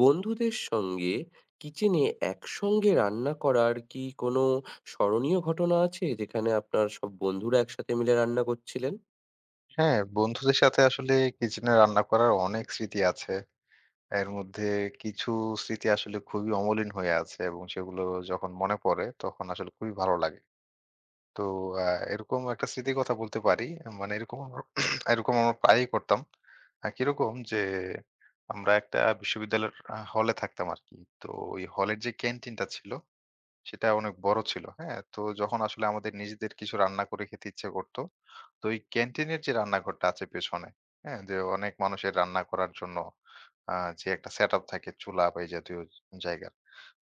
বন্ধুদের সঙ্গে কিচেনে একসঙ্গে রান্না করার কি কোনো স্মরণীয় ঘটনা আছে? যেখানে আপনার সব বন্ধুরা একসাথে মিলে রান্না করছিলেন? হ্যাঁ, বন্ধুদের সাথে আসলে কিচেনে রান্না করার অনেক স্মৃতি আছে। এর মধ্যে কিছু স্মৃতি আসলে খুবই অমলিন হয়ে আছে এবং সেগুলো যখন মনে পড়ে তখন আসলে খুবই ভালো লাগে। তো আ এরকম একটা স্মৃতির কথা বলতে পারি। মানে এরকম আমরা এরকম আমরা প্রায়ই করতাম। কিরকম যে আমরা একটা বিশ্ববিদ্যালয়ের হলে থাকতাম আরকি। তো ওই হলের যে ক্যান্টিনটা ছিল সেটা অনেক বড় ছিল। হ্যাঁ? তো যখন আসলে আমাদের নিজেদের কিছু রান্না করে খেতে ইচ্ছে করত, তো ওই ক্যান্টিনের যে রান্নাঘরটা আছে পেছনে, হ্যাঁ? যে অনেক মানুষের রান্না করার জন্য আ যে একটা সেটআপ থাকে চুলা বা এই জাতীয় জায়গার।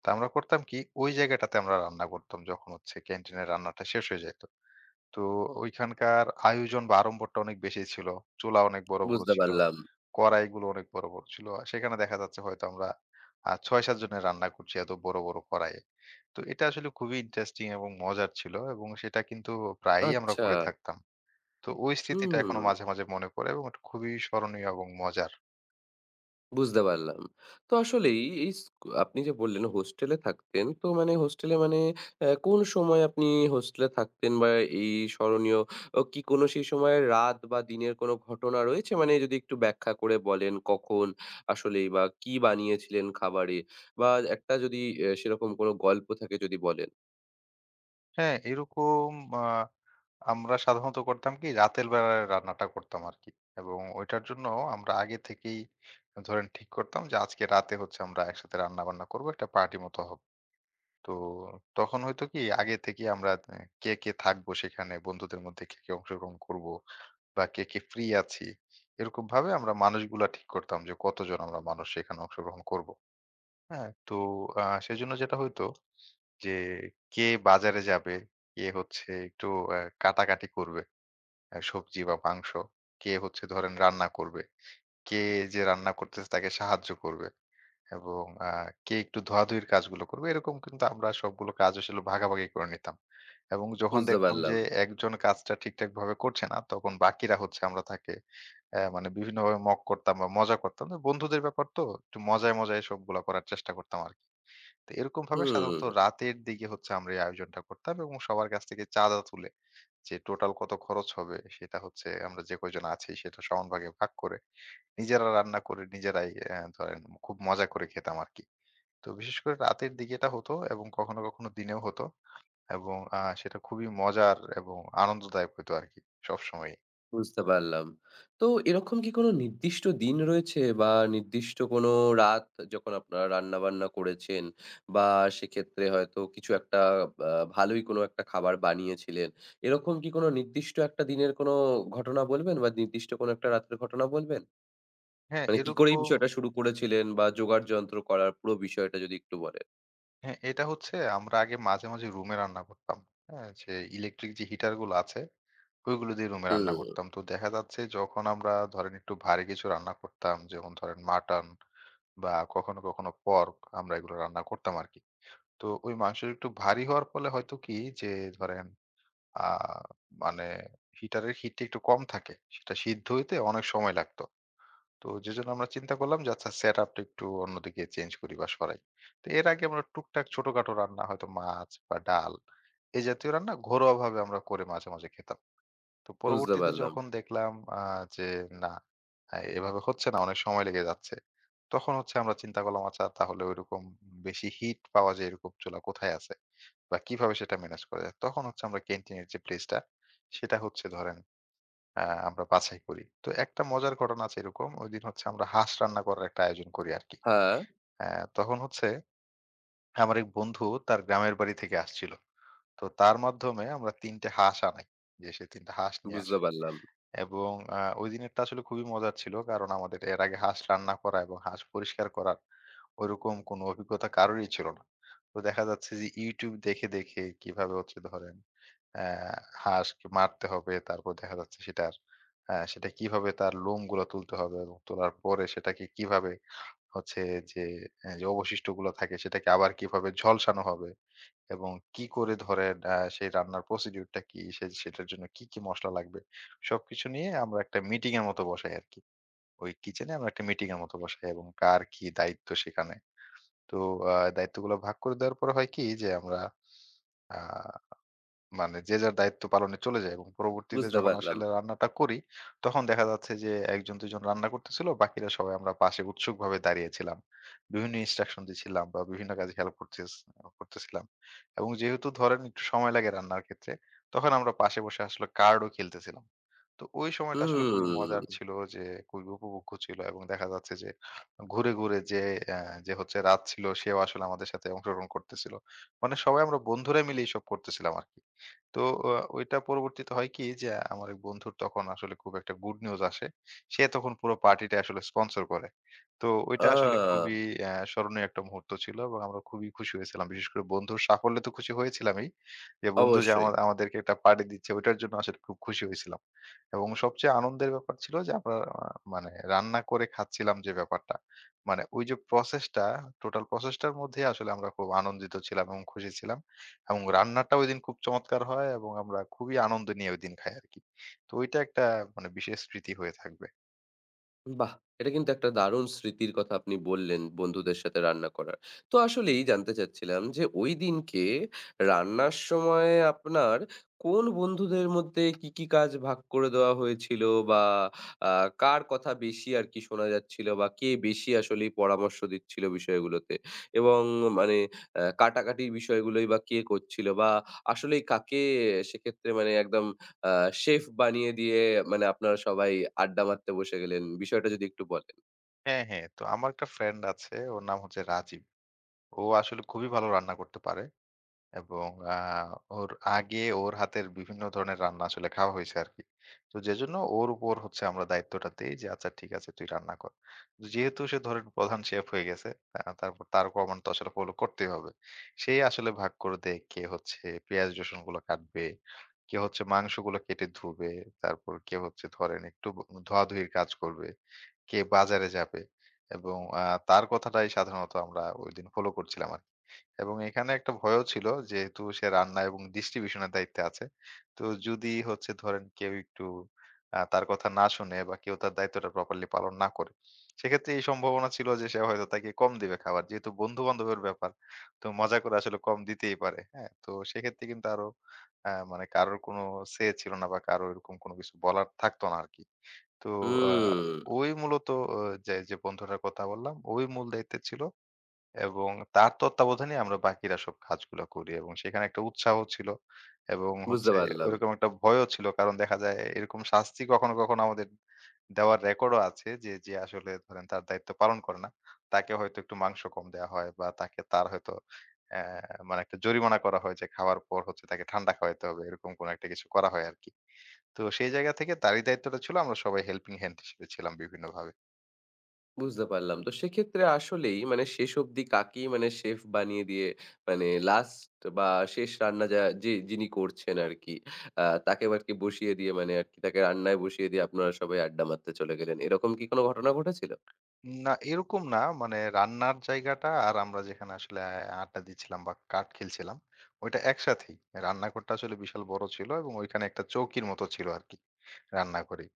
তো আমরা করতাম কি ওই জায়গাটাতে আমরা রান্না করতাম যখন হচ্ছে ক্যান্টিনের রান্নাটা শেষ হয়ে যাইত। তো ওইখানকার আয়োজন বা আড়ম্বরটা অনেক বেশি ছিল। চুলা অনেক বড়, বড় বুঝতে ছিল। পারলাম। কড়াইগুলো অনেক বড়, বড় ছিল। সেখানে দেখা যাচ্ছে হয়তো আমরা ৬-৭ জনের রান্না করছি এত বড়, বড় কড়াইয়ে। তো এটা আসলে খুবই ইন্টারেস্টিং এবং মজার ছিল এবং সেটা কিন্তু প্রায়ই আমরা আচ্ছা, করে থাকতাম। তো ওই স্মৃতিটা হুম। এখনো মাঝে, মাঝে মনে পড়ে এবং এটা খুবই স্মরণীয় এবং মজার। বুঝতে পারলাম। তো আসলেই এই স্কু আপনি যে বললেন হোস্টেলে থাকতেন। তো মানে হোস্টেলে মানে কোন সময় আপনি হোস্টেলে থাকতেন বা এই স্মরণীয় ও কি কোন সেই সময়ের রাত বা দিনের কোন ঘটনা রয়েছে? মানে যদি একটু ব্যাখ্যা করে বলেন কখন আসলেই বা কি বানিয়েছিলেন খাবারে? বা একটা যদি সেরকম কোন গল্প থাকে যদি বলেন? হ্যাঁ, এরকম আ আমরা সাধারণত করতাম কি রাতের বেলায় রান্নাটা করতাম আরকি। এবং ওইটার জন্য আমরা আগে থেকেই ধরেন ঠিক করতাম যে আজকে রাতে হচ্ছে আমরা একসাথে রান্না-বান্না করব, একটা পার্টি মতো হবে। তো তখন হয়তো কি আগে থেকে আমরা কে, কে থাকবো সেখানে, বন্ধুদের মধ্যে কে, কে অংশগ্রহণ করবো বা কে, কে ফ্রি আছি। এরকমভাবে আমরা মানুষগুলা ঠিক করতাম যে কতজন আমরা মানুষ সেখানে অংশগ্রহণ করবো। হ্যাঁ? তো সেজন্য যেটা হইতো যে কে বাজারে যাবে, কে হচ্ছে একটু কাটাকাটি করবে সবজি বা মাংস, কে হচ্ছে ধরেন রান্না করবে। কে যে রান্না করতেছে তাকে সাহায্য করবে এবং কে একটু ধোয়াধুয়ির কাজগুলো করবে। এরকম কিন্তু আমরা সবগুলো কাজ আসলে ভাগাভাগি করে নিতাম। এবং যখন বুঝতে দেখতাম যে পারলাম। একজন কাজটা ঠিকঠাকভাবে করছে না, তখন বাকিরা হচ্ছে আমরা তাকে মানে বিভিন্নভাবে মক করতাম বা মজা করতাম। তো বন্ধুদের ব্যাপার তো একটু মজায়, মজায় সবগুলা করার চেষ্টা করতাম আরকি। তো এরকমভাবে সাধারণত হুম। রাতের দিকে হচ্ছে আমরা এই আয়োজনটা করতাম এবং সবার কাছ থেকে চাঁদা তুলে যে টোটাল কত খরচ হবে সেটা হচ্ছে আমরা যে কয়জন আছি সেটা সমান ভাগে ভাগ করে নিজেরা রান্না করে নিজেরাই ধরেন খুব মজা করে খেতাম আর কি। তো বিশেষ করে রাতের দিকে এটা হতো এবং কখনো কখনো দিনেও হতো এবং সেটা খুবই মজার এবং আনন্দদায়ক হতো আর কি সবসময়। বুঝতে পারলাম। তো এরকম কি কোনো নির্দিষ্ট দিন রয়েছে বা নির্দিষ্ট কোনো রাত যখন আপনারা রান্নাবান্না করেছেন বা সেক্ষেত্রে হয়তো কিছু একটা বা ভালোই কোনো একটা খাবার বানিয়েছিলেন। এরকম কি কোনো নির্দিষ্ট একটা দিনের কোনো ঘটনা বলবেন বা নির্দিষ্ট কোনো একটা রাতের ঘটনা বলবেন? হ্যাঁ, মানে কি করে এই এরকম। বিষয়টা শুরু করেছিলেন বা জোগাড় যন্ত্র করার পুরো বিষয়টা যদি একটু বলেন? হ্যাঁ, এটা হচ্ছে আমরা আগে মাঝে মাঝে রুমে রান্না করতাম। হ্যাঁ, যে ইলেকট্রিক যে হিটার গুলো আছে ওইগুলো দিয়ে রুমে রান্না হুম, করতাম। তো দেখা যাচ্ছে যখন আমরা ধরেন একটু ভারী কিছু রান্না করতাম, যেমন ধরেন মাটন বা কখনো, কখনো পর্ক আমরা এগুলো রান্না করতাম আরকি। তো ওই মাংস একটু ভারী হওয়ার ফলে হয়তো কি যে ধরেন আ মানে হিটারের হিটটা একটু কম থাকে। সেটা সিদ্ধ হইতে অনেক সময় লাগতো। তো যেজন্য আমরা চিন্তা করলাম যে আচ্ছা সেটআপ টা একটু অন্যদিকে চেঞ্জ করি বা সরাই। তো এর আগে আমরা টুকটাক ছোটখাটো রান্না হয়তো মাছ বা ডাল এ জাতীয় রান্না ঘরোয়াভাবে আমরা করে মাঝে, মাঝে খেতাম। তো বুঝতে পরবর্তীতে পারলাম। যখন দেখলাম আ যে না, এভাবে হচ্ছে না, অনেক সময় লেগে যাচ্ছে। তখন হচ্ছে আমরা চিন্তা করলাম আচ্ছা তাহলে ওইরকম বেশি হিট পাওয়া যায় এরকম চুলা কোথায় আছে? বা কিভাবে সেটা ম্যানেজ করা যায়? তখন হচ্ছে আমরা ক্যান্টিনের যে প্লেসটা সেটা হচ্ছে ধরেন আ আমরা বাছাই করি। তো একটা মজার ঘটনা আছে এরকম। ঐদিন হচ্ছে আমরা হাঁস রান্না করার একটা আয়োজন করি আরকি। হ্যাঁ, অ্যা তখন হচ্ছে আমার এক বন্ধু তার গ্রামের বাড়ি থেকে আসছিল। তো তার মাধ্যমে আমরা ৩ টে হাঁস আনাই। যে সে ৩ টা হাঁস নিয়ে বুঝতে আসে। পারলাম, এবং ওই দিনেরটা আসলে খুবই মজার ছিল। কারণ আমাদের এর আগে হাঁস রান্না করা এবং হাঁস পরিষ্কার করার ওইরকম কোনো অভিজ্ঞতা কারোরই ছিল না। তো দেখা যাচ্ছে যে YouTube দেখে, দেখে কিভাবে হচ্ছে ধরেন অ্যা হাঁসকে মারতে হবে। তারপর দেখা যাচ্ছে সেটার সেটা কিভাবে তার লোমগুলা তুলতে হবে এবং তোলার পরে সেটাকে কিভাবে হচ্ছে যে যে অবশিষ্টগুলো থাকে সেটাকে আবার কিভাবে ঝলসানো হবে। এবং কি করে ধরেন সেই রান্নার procedure টা কি? সে সেটার জন্য কি, কি মসলা লাগবে? সবকিছু নিয়ে আমরা একটা মিটিং এর মতো বসাই আরকি। ওই কিচেনে আমরা একটা মিটিং এর মতো বসাই এবং কার কি দায়িত্ব সেখানে। তো দায়িত্বগুলো ভাগ করে দেওয়ার পরে হয় কি যে আমরা আ মানে যে যার দায়িত্ব পালনে চলে যায় এবং পরবর্তীতে বুঝতে যখন পারলাম। আসলে রান্নাটা করি, তখন দেখা যাচ্ছে যে ১ জন ২ জন রান্না করতেছিল, বাকিরা সবাই আমরা পাশে উৎসুকভাবে দাঁড়িয়েছিলাম। বিভিন্ন ইনস্ট্রাকশন দিচ্ছিলাম বা বিভিন্ন কাজে হেল্প করতেছ করতেছিলাম। এবং যেহেতু ধরেন একটু সময় লাগে রান্নার ক্ষেত্রে, তখন আমরা পাশে বসে আসলে কার্ডও খেলতেছিলাম। তো ওই সময়টা আসলে খুবই মজার হুম, ছিল যে খুবই উপভোগ্য ছিল এবং দেখা যাচ্ছে যে ঘুরে, ঘুরে যে অ্যা যে হচ্ছে রাত ছিল সেও আসলে আমাদের সাথে অংশগ্রহণ করতেছিল। মানে সবাই আমরা বন্ধুরা মিলে এসব করতেছিলাম আরকি। তো আ ওইটা পরবর্তীতে হয় কি যে আমার এক বন্ধুর তখন আসলে খুব একটা গুড নিউজ আসে। সে তখন পুরো পার্টিটা আসলে স্পন্সর করে। তো ওইটা আসলে আ খুবই স্মরণীয় একটা মুহূর্ত ছিল এবং আমরা খুবই খুশি হয়েছিলাম। বিশেষ করে বন্ধুর সাফল্যে তো খুশি হয়েছিলামই। যে বন্ধু যে অবশ্যই। আমাদেরকে একটা পার্টি দিচ্ছে ওইটার জন্য আসলে খুব খুশি হয়েছিলাম। এবং সবচেয়ে আনন্দের ব্যাপার ছিল যে আমরা মানে রান্না করে খাচ্ছিলাম যে ব্যাপারটা। মানে ওই যে প্রসেসটা টোটাল প্রসেসটার মধ্যেই আসলে আমরা খুব আনন্দিত ছিলাম এবং খুশি ছিলাম। এবং রান্নাটা ঐদিন খুব চমৎকার হয় এবং আমরা খুবই আনন্দ নিয়ে ঐদিন খাই আরকি। তো ঐটা একটা মানে বিশেষ স্মৃতি হয়ে থাকবে। বাহ! এটা কিন্তু একটা দারুণ স্মৃতির কথা আপনি বললেন, বন্ধুদের সাথে রান্না করার। তো আসলেই জানতে চাচ্ছিলাম যে ঐদিনকে রান্নার সময় আপনার কোন বন্ধুদের মধ্যে কি, কি কাজ ভাগ করে দেওয়া হয়েছিল বা আ কার কথা বেশি আরকি শোনা যাচ্ছিল বা কে বেশি আসলেই পরামর্শ দিচ্ছিল বিষয়গুলোতে? এবং মানে কাটাকাটির বিষয়গুলোই বা কে করছিল বা আসলেই কাকে সেক্ষেত্রে মানে একদম আ শেফ বানিয়ে দিয়ে মানে আপনারা সবাই আড্ডা মারতে বসে গেলেন। বিষয়টা যদি একটু বলেন? হ্যাঁ, হ্যাঁ। তো আমার একটা ফ্রেন্ড আছে ওর নাম হচ্ছে রাজীব। ও আসলে খুবই ভালো রান্না করতে পারে। এবং আ ওর আগে ওর হাতের বিভিন্ন ধরনের রান্না আসলে খাওয়া হইছে আরকি। তো যেজন্য ওর উপর হচ্ছে আমরা দায়িত্বটা দেই যে, "আচ্ছা ঠিক আছে তুই রান্না কর।" তো যেহেতু সে ধরেন প্রধান শেফ হয়ে গেছে, তারপর তার কমান্ড তো আসলে ফলো করতেই হবে। সেই আসলে ভাগ করে দেয় কে হচ্ছে পেঁয়াজ রসুনগুলো কাটবে, কে হচ্ছে মাংসগুলো কেটে ধুবে, তারপর কে হচ্ছে ধরেন একটু ব ধোয়াধুয়ির কাজ করবে, কে বাজারে যাবে এবং তার কথাটাই সাধারণত আমরা ঐদিন ফলো করছিলাম আরকি। এবং এখানে একটা ভয়ও ছিল যেহেতু সে রান্না এবং ডিস্ট্রিবিউশনের দায়িত্বে আছে। তো যদি হচ্ছে ধরেন কেউ একটু তার কথা না শুনে বা কেউ তার দায়িত্বটা প্রপারলি পালন না করে, সেক্ষেত্রে এই সম্ভাবনা ছিল যে সে হয়তো তাকে কম দিবে খাবার। যেহেতু বন্ধু-বান্ধবের ব্যাপার, তো মজা করে আসলে কম দিতেই পারে। হ্যাঁ? তো সেক্ষেত্রে কিন্তু আরো মানে কারোর কোনো say ছিল না বা কারো এরকম কোনো কিছু বলার থাকতো না আরকি। তো আ হুম, ওই মূলত অ যে, যে বন্ধুটার কথা বললাম, ওই মূল দায়িত্বে ছিল। এবং তার তত্ত্বাবধানেই আমরা বাকিরা সব কাজগুলো করি এবং সেখানে একটা উৎসাহ ছিল এবং বুঝতে হচ্ছে পারলাম, ওইরকম একটা ভয়ও ছিল। কারণ দেখা যায় এরকম শাস্তি কখনো, কখনো আমাদের দেওয়ার রেকর্ডও আছে যে আসলে ধরেন তার দায়িত্ব পালন করে না। তাকে হয়তো একটু মাংস কম দেয়া হয় বা তাকে তার হয়তো অ্যা মানে একটা জরিমানা করা হয় যে খাওয়ার পর হচ্ছে তাকে ঠান্ডা খাওয়াইতে হবে। এরকম কোনো একটা কিছু করা হয় আরকি। তো সেই জায়গা থেকে তারই দায়িত্বটা ছিল। আমরা সবাই হেল্পিং হ্যান্ড হিসেবে ছিলাম বিভিন্নভাবে। বুঝতে পারলাম। তো সেক্ষেত্রে আসলেই মানে শেষ অবধি কাকেই মানে শেফ বানিয়ে দিয়ে মানে লাস্ট বা শেষ রান্না যা যে যিনি করছেন আরকি, তাকে আরকি বসিয়ে দিয়ে মানে আরকি তাকে রান্নায় বসিয়ে দিয়ে আপনারা সবাই আড্ডা মারতে চলে গেলেন। এরকম কি কোনো ঘটনা ঘটেছিল? না, এরকম না। মানে রান্নার জায়গাটা আর আমরা যেখানে আসলে আড্ডা দিচ্ছিলাম বা কার্ড খেলছিলাম, ওইটা একসাথেই। রান্নাঘরটা আসলে বিশাল বড় ছিল এবং ওইখানে একটা চৌকির মতো ছিল আরকি রান্নাঘরেই।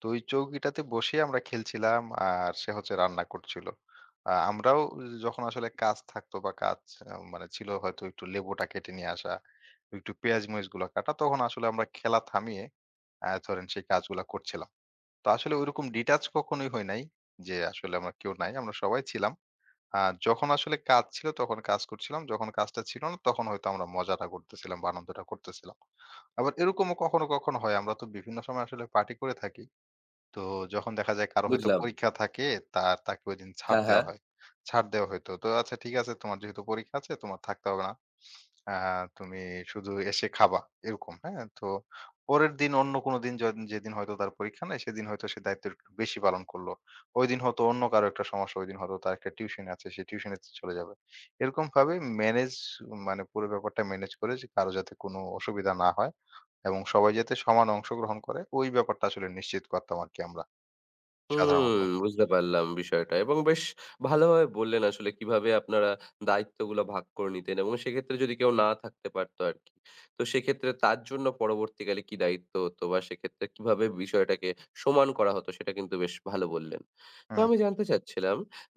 তো ওই চৌকিটাতে বসে আমরা খেলছিলাম আর সে হচ্ছে রান্না করছিল। আমরাও যখন আসলে কাজ থাকতো বা কাজ মানে ছিল হয়তো একটু লেবুটা কেটে নিয়ে আসা, একটু পেঁয়াজ-মরিচগুলা কাটা, তখন আসলে আমরা খেলা থামিয়ে ধরেন সেই কাজগুলা করছিলাম। তো আসলে ঐরকম ডিটাচ কখনোই হই নাই যে আসলে আমরা কেউ নাই। আমরা সবাই ছিলাম। আ যখন আসলে কাজ ছিল তখন কাজ করছিলাম। যখন কাজটা ছিল না তখন হয়তো আমরা মজাটা করতেছিলাম বা আনন্দটা করতেছিলাম। আবার এরকমও কখনো, কখনো হয় আমরা তো বিভিন্ন সময় আসলে পার্টি করে থাকি। তো যখন দেখা যায় কারো হয়তো বুঝলাম। পরীক্ষা থাকে তাকে ঐদিন ছাড় হ্যাঁ, দেওয়া হ্যাঁ। হয়। ছাড় দেওয়া হয়তো। তো আচ্ছা ঠিক আছে তোমার যেহেতু পরীক্ষা আছে তোমার থাকতে হবে না। তুমি শুধু এসে খাবা এরকম, হ্যাঁ? তো পরের দিন অন্য কোনো দিন য যেদিন হয়তো তার পরীক্ষা নাই সেদিন হয়তো সে দায়িত্ব একটু বেশি পালন করলো। ওইদিন হয়তো অন্য কারো একটা সমস্যা, ওইদিন হয়তো তার একটা টিউশন আছে, সে টিউশনে চলে যাবে। এরকম ভাবে ম্যানেজ মানে পুরো ব্যাপারটা ম্যানেজ করে যে কারো যাতে কোনো অসুবিধা না হয় এবং সবাই যাতে সমান অংশগ্রহণ করে ওই ব্যাপারটা আসলে নিশ্চিত করতাম আরকি আমরা সাধারণত। হুম, বুঝতে পারলাম বিষয়টা এবং বেশ ভালোভাবে বললেন আসলে কিভাবে আপনারা দায়িত্বগুলো ভাগ করে নিতেন এবং সেক্ষেত্রে যদি কেউ না থাকতে পারতো আরকি। তো সেক্ষেত্রে তার জন্য পরবর্তীকালে কি দায়িত্ব হতো বা সেক্ষেত্রে কিভাবে বিষয়টাকে সমান করা হতো সেটা কিন্তু বেশ ভালো বললেন। তো আমি হুম। জানতে চাচ্ছিলাম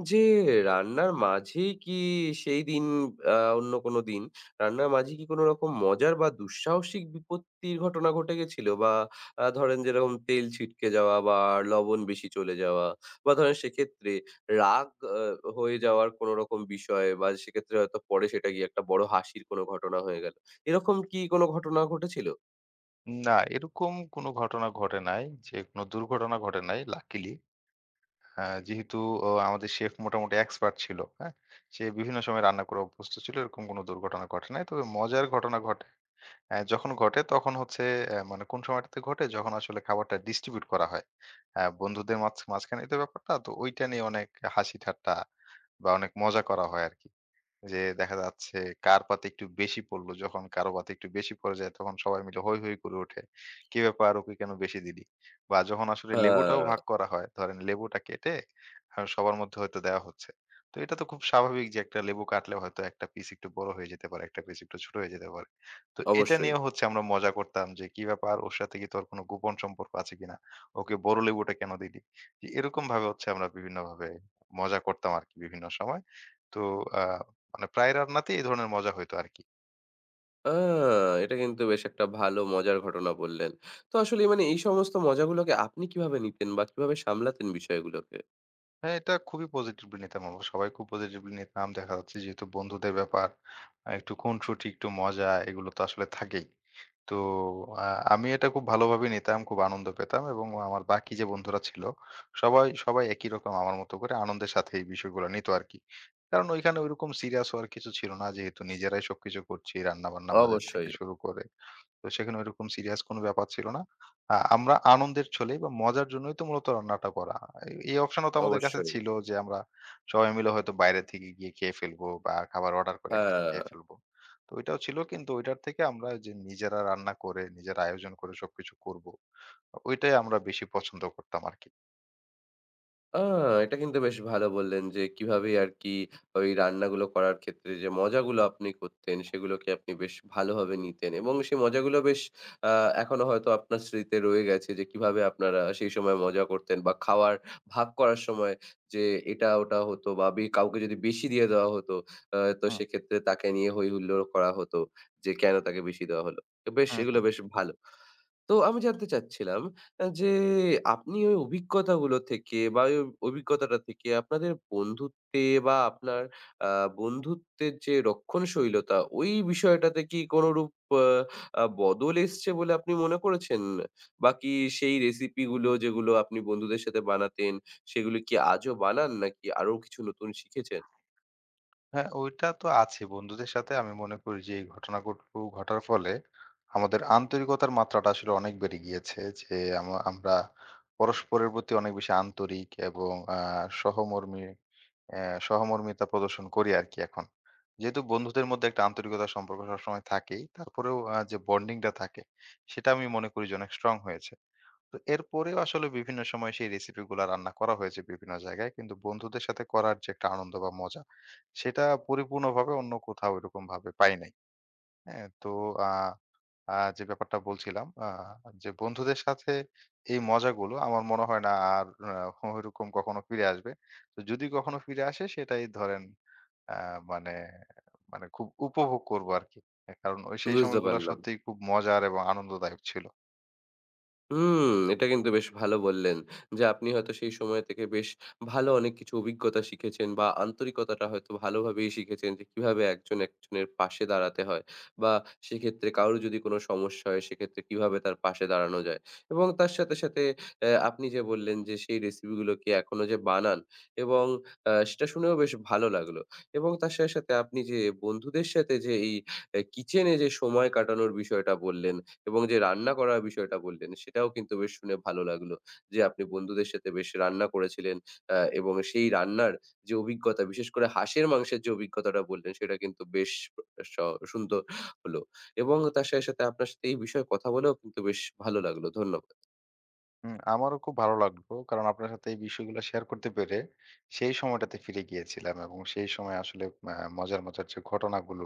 যে রান্নার মাঝেই কি সেই দিন অন্য কোনো দিন রান্নার মাঝে কি কোনো রকম মজার বা দুঃসাহসিক বিপত্তির ঘটনা ঘটে গেছিল বা ধরেন যেরকম তেল ছিটকে যাওয়া বা লবণ বেশি চলে যাওয়া বা ধরেন সেক্ষেত্রে রাগ আ হয়ে যাওয়ার কোনো রকম বিষয় বা সেক্ষেত্রে হয়তো পরে সেটা গিয়ে একটা বড় হাসির কোনো ঘটনা হয়ে গেল। এরকম কি কোনো ঘটনা ঘটেছিল? না, এরকম কোনো ঘটনা ঘটে নাই যে কোনো দুর্ঘটনা ঘটে নাই লাকিলি। হ্যাঁ, যেহেতু আমাদের শেফ মোটামুটি এক্সপার্ট ছিল, হ্যাঁ? সে বিভিন্ন সময় রান্না করে অভ্যস্ত ছিল। এরকম কোনো দুর্ঘটনা ঘটে নাই। তবে মজার ঘটনা ঘটে যখন ঘটে তখন হচ্ছে মানে কোন সময়টাতে ঘটে? যখন আসলে খাবারটা ডিস্ট্রিবিউট করা হয়। বন্ধুদের মাঝখানে তো ব্যাপারটা। তো ঐটা নিয়ে অনেক হাসি ঠাট্টা বা অনেক মজা করা হয় আরকি। যে দেখা যাচ্ছে কার পাতে একটু বেশি পড়লো, যখন কারো পাতে একটু বেশি পড়ে যায় তখন সবাই মিলে হৈ, হৈ করে ওঠে। "কি ব্যাপার ওকে কেন বেশি দিলি?" বা যখন আসলে লেবুটাও হ্যাঁ, ভাগ করা হয়, ধরেন লেবুটা কেটে সবার মধ্যে হয়তো দেওয়া হচ্ছে। তো এটা তো খুব স্বাভাবিক যে একটা লেবু কাটলে হয়তো একটা পিস একটু বড় হয়ে যেতে পারে, একটা পিস একটু ছোট হয়ে যেতে পারে। তো এটা অবশ্যই। নিয়েও হচ্ছে আমরা মজা করতাম যে, "কি ব্যাপার ওর সাথে কি তোর কোনো গোপন সম্পর্ক আছে কিনা? ওকে বড় লেবুটা কেন দিলি?" যে এরকম ভাবে হচ্ছে আমরা বিভিন্নভাবে মজা করতাম আরকি বিভিন্ন সময়। তো আ মানে প্রায় রান্নাতেই এই ধরনের মজা হইতো আরকি। আ এটা কিন্তু বেশ একটা ভালো মজার ঘটনা বললেন। তো আসলে মানে এই সমস্ত মজাগুলোকে আপনি কিভাবে নিতেন বা কিভাবে সামলাতেন বিষয়গুলোকে? হ্যাঁ, এটা খুবই পজিটিভলি নিতাম আমরা। সবাই খুব পজিটিভলি নিতাম। দেখা যাচ্ছে যেহেতু বন্ধুদের ব্যাপার, একটু খুনসুটি, একটু মজা এগুলো তো আসলে থাকেই। তো আ আমি এটা খুব ভালোভাবে নিতাম, খুব আনন্দ পেতাম এবং আমার বাকি যে বন্ধুরা ছিল সবাই, সবাই একই রকম আমার মতো করে আনন্দের সাথে এই বিষয়গুলো নিত আরকি। কারণ ওইখানে ওইরকম সিরিয়াস হওয়ার কিছু ছিল না যেহেতু নিজেরাই সবকিছু করছি রান্না-বান্না, বাজার থেকে অবশ্যই, শুরু করে। তো সেখানে ওইরকম সিরিয়াস কোনো ব্যাপার ছিল না। আমরা আনন্দের ছলেই বা মজার জন্যই তো মূলত রান্নাটা করা। এই এই অপশনও তো আমাদের কাছে অবশ্যই। ছিল যে আমরা সবাই মিলে হয়তো বাইরে থেকে গিয়ে খেয়ে ফেলবো বা খাবার অর্ডার করে একসাথে হ্যাঁ। খেয়ে ফেলবো। তো ওইটাও ছিল কিন্তু ওইটার থেকে আমরা যে নিজেরা রান্না করে, নিজেরা আয়োজন করে সবকিছু করব। ওইটাই আমরা বেশি পছন্দ করতাম আরকি। আ এটা কিন্তু বেশ ভালো বললেন যে, কিভাবে আরকি ওই রান্নাগুলো করার ক্ষেত্রে যে মজাগুলো আপনি করতেন, সেগুলোকে আপনি বেশ ভালোভাবে নিতেন এবং সেই মজাগুলো বেশ আ এখনো হয়তো আপনার স্মৃতিতে রয়ে গেছে যে, কিভাবে আপনারা সেই সময় মজা করতেন বা খাওয়ার ভাগ করার সময় যে এটা ওটা হতো বা কাউকে যদি বেশি দিয়ে দেওয়া হতো, তো হুম, সেক্ষেত্রে তাকে নিয়ে হই হুল্লোড় করা হতো যে, কেন তাকে বেশি দেওয়া হলো। তো বেশ এগুলো হুম। বেশ ভালো। তো আমি জানতে চাচ্ছিলাম যে আপনি ওই অভিজ্ঞতাগুলো থেকে বা ওই অভিজ্ঞতাটা থেকে আপনাদের বন্ধুত্বে বা আপনার আ বন্ধুত্বের যে রক্ষণশীলতা, ওই বিষয়টাতে কি কোনরূপ আ আ বদল এসছে বলে আপনি মনে করেছেন? বা কি সেই রেসিপিগুলো যেগুলো আপনি বন্ধুদের সাথে বানাতেন, সেগুলো কি আজও বানান নাকি আরো কিছু নতুন শিখেছেন? হ্যাঁ, ওইটা তো আছে। বন্ধুদের সাথে আমি মনে করি যে এই ঘটনা ঘটু ঘটার ফলে আমাদের আন্তরিকতার মাত্রাটা আসলে অনেক বেড়ে গিয়েছে। যে আমরা পরস্পরের প্রতি অনেক বেশি আন্তরিক এবং সহমর্মী সহমর্মিতা প্রদর্শন করি আরকি এখন। যেহেতু বন্ধুদের মধ্যে একটা আন্তরিকতার সম্পর্ক সবসময় থাকেই, তারপরেও যে বন্ডিংটা থাকে সেটা আমি মনে করি যে অনেক স্ট্রং হয়েছে। তো এরপরেও আসলে বিভিন্ন সময় সেই রেসিপি গুলা রান্না করা হয়েছে বিভিন্ন জায়গায়। কিন্তু বন্ধুদের সাথে করার যে একটা আনন্দ বা মজা, সেটা পরিপূর্ণভাবে অন্য কোথাও এরকম ভাবে পাই নাই। হ্যাঁ? তো আ আ যে ব্যাপারটা বলছিলাম যে বন্ধুদের সাথে এই মজাগুলো আমার মনে হয় না আর ওইরকম কখনো ফিরে আসবে। তো যদি কখনো ফিরে আসে সেটাই ধরেন আ মানে মানে খুব উপভোগ করবো আরকি। কারণ সেই বুঝতে সময়গুলো পারলাম। সত্যিই খুব মজার এবং আনন্দদায়ক ছিল। হুম, এটা কিন্তু বেশ ভালো বললেন যে, আপনি হয়তো সেই সময় থেকে বেশ ভালো অনেক কিছু অভিজ্ঞতা শিখেছেন বা আন্তরিকতাটা হয়তো ভালোভাবেই শিখেছেন যে, কিভাবে একজন একজনের পাশে দাঁড়াতে হয় বা সেক্ষেত্রে কারোর যদি কোনো সমস্যা হয়, সেক্ষেত্রে কিভাবে তার পাশে দাঁড়ানো যায় এবং তার সাথে, সাথে আপনি যে বললেন যে, সেই রেসিপিগুলোকে এখনো যে বানান এবং সেটা শুনেও বেশ ভালো লাগলো এবং তার সাথে, সাথে আপনি যে বন্ধুদের সাথে যে এই কিচেনে যে সময় কাটানোর বিষয়টা বললেন এবং যে রান্না করার বিষয়টা বললেন সেটাও কিন্তু বেশ শুনে ভালো লাগলো। যে আপনি বন্ধুদের সাথে বেশ রান্না করেছিলেন এবং সেই রান্নার যে অভিজ্ঞতা বিশেষ করে হাঁসের মাংসের যে অভিজ্ঞতাটা বললেন সেটা কিন্তু বেশ স সুন্দর হলো এবং তার সাথে, সাথে আপনার সাথে এই বিষয়ে কথা বলেও কিন্তু বেশ ভালো লাগলো। ধন্যবাদ। হুম, আমারও খুব ভালো লাগলো। কারণ আপনার সাথে এই বিষয়গুলো শেয়ার করতে পেরে সেই সময়টাতে ফিরে গিয়েছিলাম এবং সেই সময় আসলে মজার, মজার যে ঘটনাগুলো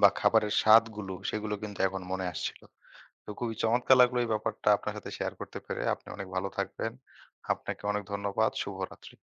বা খাবারের স্বাদগুলো সেগুলো কিন্তু এখন মনে আসছিল। তো খুবই চমৎকার লাগলো এই ব্যাপারটা আপনার সাথে শেয়ার করতে পেরে। আপনি অনেক ভালো থাকবেন। আপনাকে অনেক ধন্যবাদ। শুভরাত্রি।